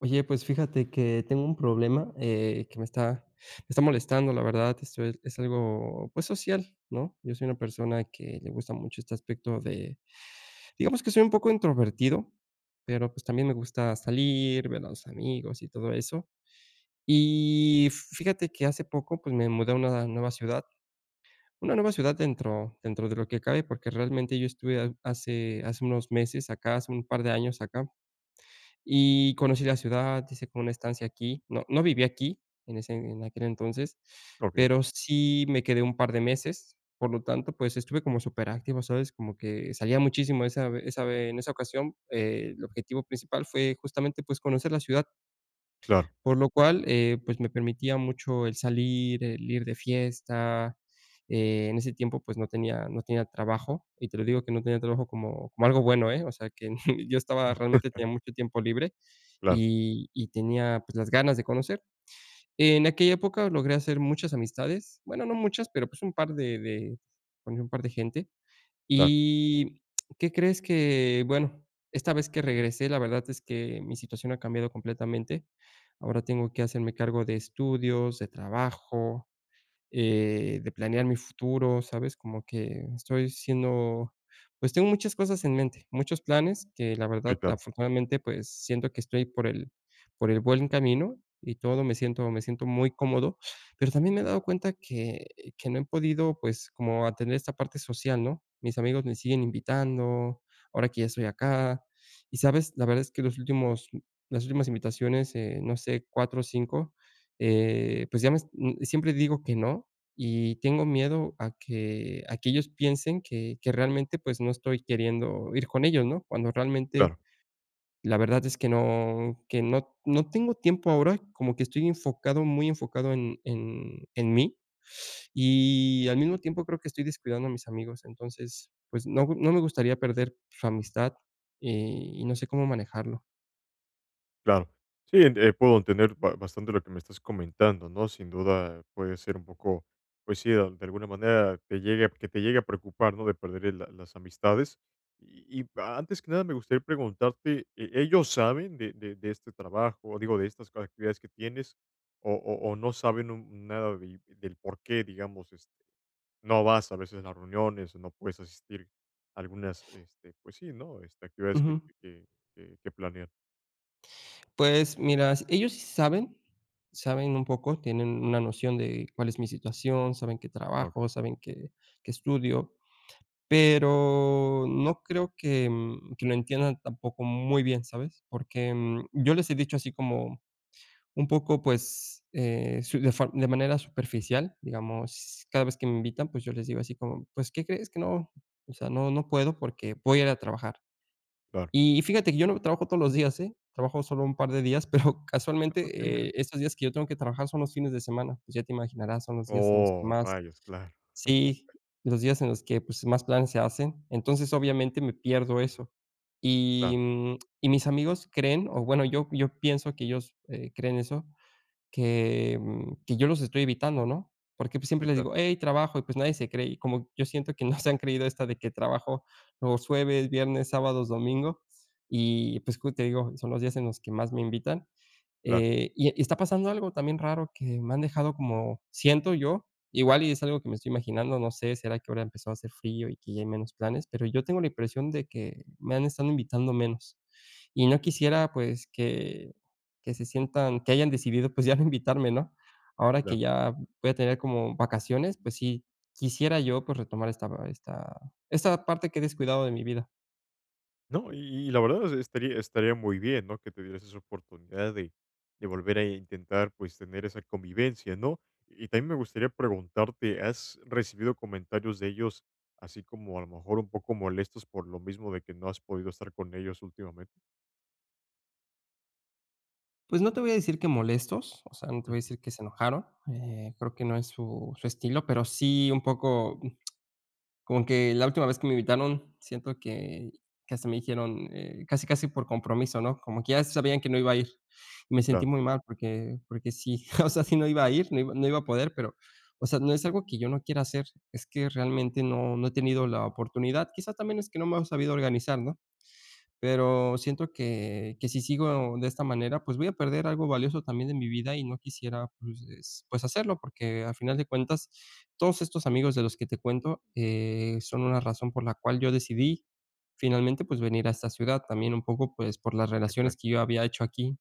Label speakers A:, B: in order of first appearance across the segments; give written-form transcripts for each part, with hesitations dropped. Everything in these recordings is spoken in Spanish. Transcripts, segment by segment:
A: Oye, pues fíjate que tengo un problema, que me está molestando. La verdad, esto es algo, pues, social, ¿no? Yo soy una persona que le gusta mucho este aspecto de digamos que soy un poco introvertido, pero, pues, también me gusta salir, ver a los amigos y todo eso. Y fíjate que hace poco, pues, me mudé a una nueva ciudad dentro de lo que cabe, porque realmente yo estuve hace unos meses acá, hace un par de años acá. Y conocí la ciudad, hice como una estancia aquí. No viví aquí en aquel entonces,
B: Okey,
A: pero sí me quedé un par de meses. Por lo tanto, pues, estuve como superactivo, ¿sabes? Como que salía muchísimo esa ve en esa ocasión. El objetivo principal fue justamente, pues, conocer la ciudad.
B: claro,
A: Por lo cual, pues, me permitía mucho el salir, el ir de fiesta. En ese tiempo, pues, no tenía trabajo, y te lo digo que no tenía trabajo como algo bueno, ¿eh? O sea, que yo estaba realmente tenía mucho tiempo libre
B: claro,
A: y tenía, pues, las ganas de conocer. En aquella época logré hacer muchas amistades, bueno, no muchas, pero, pues, un par de conocí un par de gente.
B: claro.
A: ¿Y qué crees que? Bueno, esta vez que regresé, la verdad es que mi situación ha cambiado completamente. Ahora tengo que hacerme cargo de estudios, de trabajo, de planear mi futuro, ¿sabes? Como que estoy siendo, pues tengo muchas cosas en mente, muchos planes que la
B: Sí,
A: verdad,
B: claro,
A: afortunadamente, pues siento que estoy por por el buen camino y todo. Me siento muy cómodo, pero también me he dado cuenta que no he podido, pues, como atender esta parte social, ¿no? Mis amigos me siguen invitando, ahora que ya estoy acá, y sabes, la verdad es que las últimas invitaciones, no sé, cuatro o cinco, pues ya me siempre digo que no, y tengo miedo a que ellos piensen que realmente, pues, no estoy queriendo ir con ellos, ¿no? Cuando realmente
B: claro.
A: la verdad es que no que no tengo tiempo ahora, como que estoy enfocado, muy enfocado en en mí, y al mismo tiempo creo que estoy descuidando a mis amigos. Entonces, pues, no me gustaría perder su amistad, eh, y no sé cómo manejarlo.
B: Claro. Sí, en puedo entender ba bastante lo que me estás comentando, ¿no? Sin duda puede ser un poco, pues sí, de alguna manera te que te llegue a preocupar, ¿no? De perder el la las amistades. Y antes que nada me gustaría preguntarte, ellos saben de este trabajo, digo, de estas actividades que tienes, o no saben un nada de del por qué, digamos, no vas a veces a las reuniones, no puedes asistir a algunas, pues sí, ¿no? Este, actividades
A: Ujú.
B: que planean?
A: Pues mira, ellos sí saben, saben un poco, tienen una noción de cuál es mi situación, saben que
B: Ah, okey,
A: trabajo, saben que estudio, pero no creo que, que lo entiendan tampoco muy bien, ¿sabes? Porque, yo les he dicho así como un poco, pues, su de for de manera superficial, digamos. Cada vez que me invitan, pues, yo les digo así como: "Pues, ¿qué crees? Que no, o sea, no puedo porque voy a ir a trabajar".
B: claro.
A: Y fíjate que yo no trabajo todos los días, ¿eh? Trabajo solo un par de días, pero
B: Ok,
A: casualmente,
B: mire.
A: estos días que yo tengo que trabajar son los fines de semana. Pues ya te imaginarás, son los días en los que
B: Oh,
A: más
B: rayos, claro.
A: sí, los días en los que, pues, más planes se hacen. Entonces, obviamente, me pierdo eso. Y,
B: Claro,
A: y mis amigos creen, o bueno, yo pienso que ellos, creen eso, que, que yo los estoy evitando, ¿no? Porque, pues, siempre
B: sí,
A: les
B: claro,
A: digo: "Hey, trabajo", y, pues, nadie se cree, y como yo siento que no se han creído esta de que trabajo los jueves, viernes, sábados, domingo, y, pues, como te digo, son los días en los que más me invitan.
B: claro,
A: Y está pasando algo también raro que me han dejado como siento yo. Igual y es algo que me estoy imaginando, no sé, será que ahora empezó a hacer frío y que ya hay menos planes, pero yo tengo la impresión de que me han estado invitando menos. Y no quisiera, pues, que se sientan que hayan decidido, pues, ya no invitarme, ¿no? Ahora que
B: claro.
A: ya voy a tener como vacaciones, pues sí, quisiera yo, pues, retomar esta parte que he descuidado de mi vida.
B: No, y la verdad es estaría muy bien, ¿no? Que te dieras esa oportunidad de volver a intentar, pues, tener esa convivencia, ¿no? Y también me gustaría preguntarte, ¿has recibido comentarios de ellos, así como a lo mejor un poco molestos por lo mismo de que no has podido estar con ellos últimamente?
A: Pues no te voy a decir que molestos, o sea, no te voy a
B: Ujú,
A: decir que se enojaron. Creo que no es su estilo, pero sí un poco como que la última vez que me invitaron, siento que hasta me dijeron, casi, casi por compromiso, ¿no? Como que ya sabían que no iba a ir. Y me sentí
B: claro,
A: muy mal porque sí, o sea, sí no iba a ir, no iba a poder. Pero, o sea, no es algo que yo no quiera hacer, es que realmente no he tenido la oportunidad. Quizá también es que no me he sabido organizar, ¿no? Pero siento que si sigo de esta manera, pues voy a perder algo valioso también de mi vida y no quisiera, pues hacerlo, porque al final de cuentas, todos estos amigos de los que te cuento, son una razón por la cual yo decidí finalmente, pues venir a esta ciudad, también un poco, pues por las relaciones que
B: exacto.
A: yo había hecho aquí.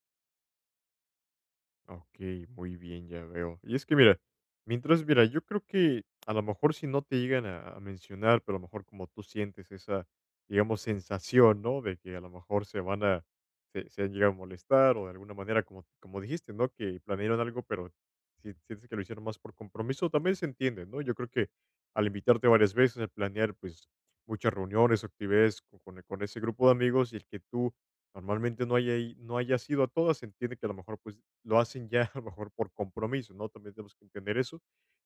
B: Ok, muy bien, ya veo. Y es que mira, mientras, mira, yo creo que a lo mejor si no te llegan a mencionar, pero a lo mejor como tú sientes esa, digamos, sensación, ¿no? De que a lo mejor se van a, se han llegado a molestar o de alguna manera, como, como dijiste, ¿no? Que planearon algo, pero si sientes que lo hicieron más por compromiso, también se entiende, ¿no? Yo creo que al invitarte varias veces, al planear, pues, muchas reuniones, actividades con, con ese grupo de amigos y el que tú normalmente no haya, no haya sido a todas, se entiende que a lo mejor pues lo hacen ya a lo mejor por compromiso, ¿no? También tenemos que entender eso.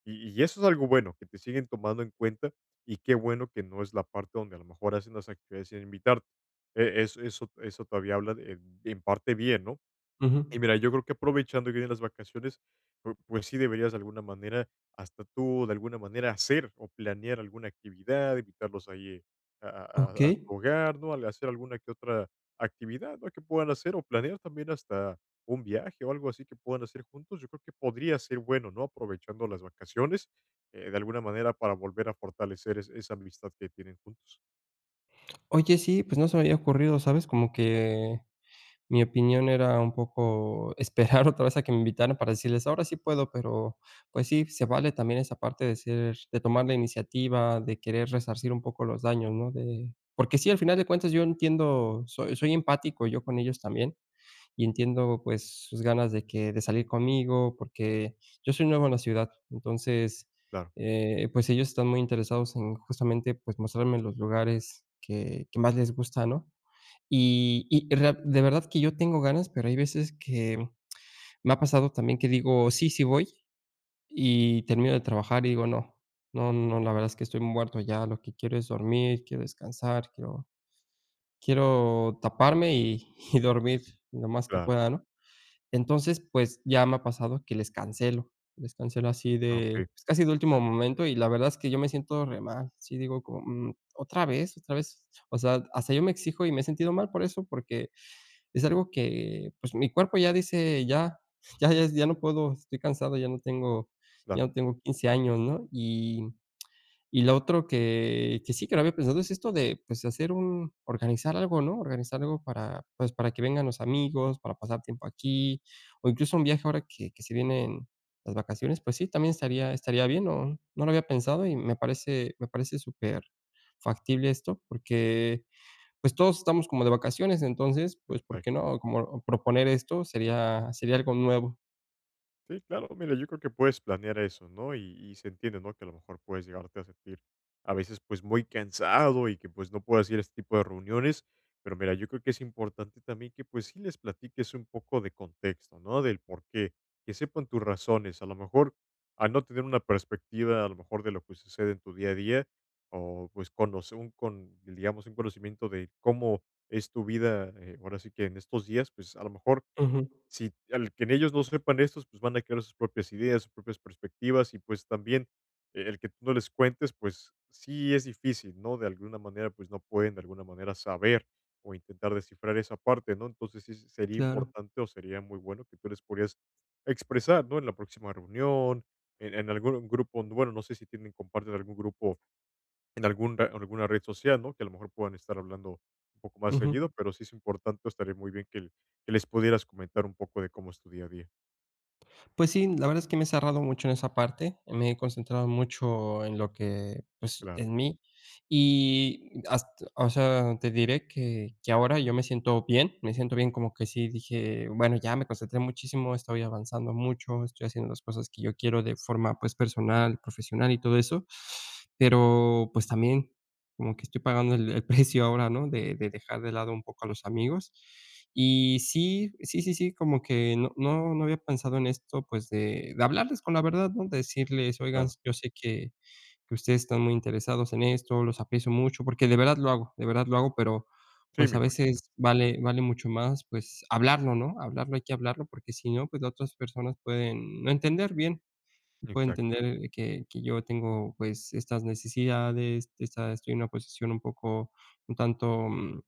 B: Y eso es algo bueno, que te siguen tomando en cuenta y qué bueno que no es la parte donde a lo mejor hacen las actividades sin invitarte. Eso, eso, todavía habla de- en parte bien, ¿no?
A: Ujú.
B: Y mira, yo creo que aprovechando que vienen las vacaciones, pu pues sí deberías de alguna manera, hasta tú de alguna manera hacer o planear alguna actividad, invitarlos ahí a
A: Okey.
B: tu hogar, ¿no? Al hacer alguna que otra actividad, ¿no? Que puedan hacer o planear también hasta un viaje o algo así que puedan hacer juntos. Yo creo que podría ser bueno, ¿no? Aprovechando las vacaciones, de alguna manera para volver a fortalecer es esa amistad que tienen juntos.
A: Oye, sí, pues no se me había ocurrido, ¿sabes? Como que mi opinión era un poco esperar otra vez a que me invitaran para decirles: "Ahora sí puedo", pero, pues sí, se vale también esa parte de ser de tomar la iniciativa, de querer resarcir un poco los daños, ¿no? De porque sí, al final de cuentas, yo entiendo, soy empático yo con ellos también, y entiendo, pues, sus ganas de salir conmigo, porque yo soy nuevo en la ciudad. Entonces,
B: Claro,
A: pues ellos están muy interesados en justamente, pues, mostrarme los lugares que más les gusta, ¿no? Y rea De verdad que yo tengo ganas, pero hay veces que me ha pasado también que digo: "Sí, sí voy", y termino de trabajar y digo: "No, no, no, la verdad es que estoy muerto ya, lo que quiero es dormir, quiero descansar, quiero quiero taparme y y dormir lo más que
B: claro.
A: pueda", ¿no? Entonces, pues, ya me ha pasado que les cancelo así
B: Ah, okey,
A: de, pues, casi de último momento, y la verdad es que yo me siento re mal. Sí digo como: "Mm, ¿otra vez? ¿Otra vez?". O sea, hasta yo me exijo y me he sentido mal por eso, porque es algo que, pues, mi cuerpo ya dice: "Ya, ya no puedo, estoy cansado, ya no tengo
B: claro.
A: 15 años", ¿no? Y lo otro que sí, que lo había pensado es esto de, pues, hacer un organizar algo, ¿no? Organizar algo para, pues, para que vengan los amigos, para pasar tiempo aquí, o incluso un viaje ahora que se vienen las vacaciones. Pues sí, también estaría bien, no lo había pensado y me parece súper factible esto, porque pues todos estamos como de vacaciones. Entonces, pues, ¿por qué
B: Exacto.
A: no? Como proponer esto sería algo nuevo.
B: Sí, claro, mira, yo creo que puedes planear eso, ¿no? Y se entiende, ¿no? Que a lo mejor puedes llegarte a sentir a veces pues muy cansado y que pues no puedas ir a este tipo de reuniones, pero mira, yo creo que es importante también que pues sí les platiques un poco de contexto, ¿no? Del por qué, que sepan tus razones, a lo mejor al no tener una perspectiva a lo mejor de lo que sucede en tu día a día o pues conocer un, con, digamos, un conocimiento de cómo es tu vida ahora sí que en estos días, pues a lo mejor
A: Ujú,
B: si al que en ellos no sepan estos, pues, van a crear sus propias ideas, sus propias perspectivas y, pues, también el que tú no les cuentes, pues, sí es difícil, ¿no? De alguna manera, pues, no pueden de alguna manera saber o intentar descifrar esa parte, ¿no? Entonces, sí sí, sería
A: claro.
B: importante o sería muy bueno que tú les podrías expresar, ¿no? En la próxima reunión, en algún grupo, bueno, no sé si tienen comparten algún grupo en alguna red social, ¿no? Que a lo mejor puedan estar hablando un poco más
A: Ujú.
B: seguido, pero sí es importante, pues, estaría muy bien que, que les pudieras comentar un poco de cómo es tu día a día.
A: Pues sí, la verdad es que me he cerrado mucho en esa parte, me he concentrado mucho en lo que, pues,
B: Claro,
A: en mí. Y hast, o sea, te diré que ahora yo me siento bien, como que sí dije: "Bueno, ya me concentré muchísimo, estoy avanzando mucho, estoy haciendo las cosas que yo quiero de forma, pues, personal, profesional y todo eso". Pero, pues, también como que estoy pagando el precio ahora, ¿no? De dejar de lado un poco a los amigos. Y sí, sí, sí, sí, como que no había pensado en esto, pues, de hablarles con la verdad, ¿no? De decirles: "Oigan,
B: claro.
A: yo sé que ustedes están muy interesados en esto, los aprecio mucho", porque de verdad lo hago, de verdad lo hago, pero,
B: Sí,
A: pues,
B: me
A: a
B: imagino.
A: veces vale mucho más, pues, hablarlo, ¿no? Hablarlo, hay que hablarlo, porque si no, pues, las otras personas pueden no entender bien puede
B: Exacto,
A: entender que yo tengo, pues, estas necesidades, esta estoy en una posición un poco, un tanto, mm,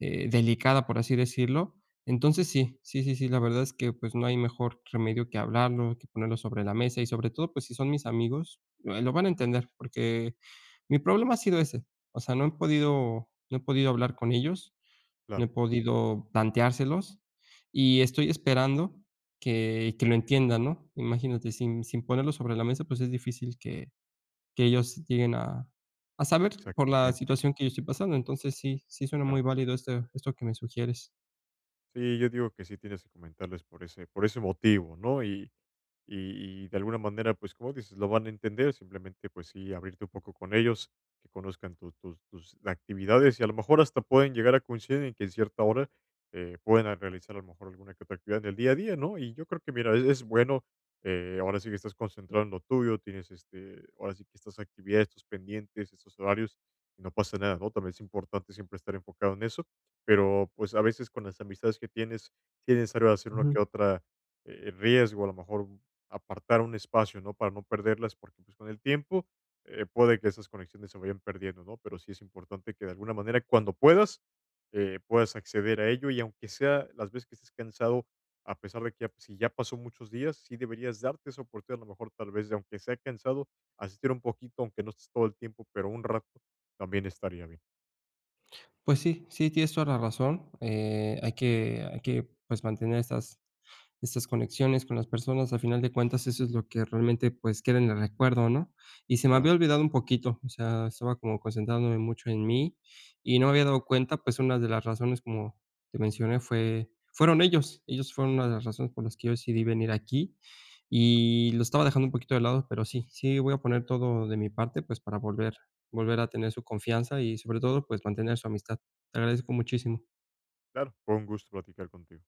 A: eh, delicada, por así decirlo. Entonces sí, sí, sí, sí, la verdad es que, pues, no hay mejor remedio que hablarlo, que ponerlo sobre la mesa y sobre todo, pues, si son mis amigos, lo van a entender, porque mi problema ha sido ese. O sea, no he podido hablar con ellos, no he
B: claro,
A: podido planteárselos, y estoy esperando que lo entiendan, ¿no? Imagínate, sin ponerlo sobre la mesa, pues, es difícil que ellos lleguen a saber por la
B: exactamente.
A: situación que yo estoy pasando. Entonces sí, sí suena muy
B: Claro.
A: válido esto que me sugieres.
B: Sí, yo digo que sí tienes que comentarles por ese motivo, ¿no? Y de alguna manera, pues como dices, lo van a entender, simplemente pues sí, abrirte un poco con ellos, que conozcan tus actividades y a lo mejor hasta pueden llegar a coincidir en que en cierta hora puedan realizar a lo mejor alguna que otra actividad en el día a día, ¿no? Y yo creo que mira, es bueno, ahora sí que estás concentrado en lo tuyo, tienes este, ahora sí que estas actividades, estos pendientes, estos horarios, y no pasa nada, ¿no? También es importante siempre estar enfocado en eso, pero, pues, a veces con las amistades que tienes, sí es necesario hacer una
A: Ujú.
B: que otra, riesgo, a lo mejor apartar un espacio, ¿no? Para no perderlas, porque, pues, con el tiempo, puede que esas conexiones se vayan perdiendo, ¿no? Pero sí es importante que de alguna manera, cuando puedas, puedas acceder a ello y aunque sea las veces que estés cansado, a pesar de que ya si ya pasó muchos días, sí deberías darte esa oportunidad, a lo mejor tal vez, de aunque sea cansado, asistir un poquito, aunque no estés todo el tiempo, pero un rato también estaría bien.
A: Pues sí, sí, tienes toda la razón. Hay que, pues, mantener estas conexiones con las personas. A final de cuentas, eso es lo que realmente, pues, queda en el recuerdo, ¿no? Y se me
B: Claro,
A: había olvidado un poquito, o sea, estaba como concentrándome mucho en mí, y no me había dado cuenta, pues, una de las razones, como te mencioné, fueron ellos. Ellos fueron una de las razones por las que yo decidí venir aquí, y lo estaba dejando un poquito de lado, pero sí, sí voy a poner todo de mi parte, pues, para volver volver a tener su confianza y sobre todo, pues, mantener su amistad. Te agradezco muchísimo.
B: claro, fue un gusto platicar contigo.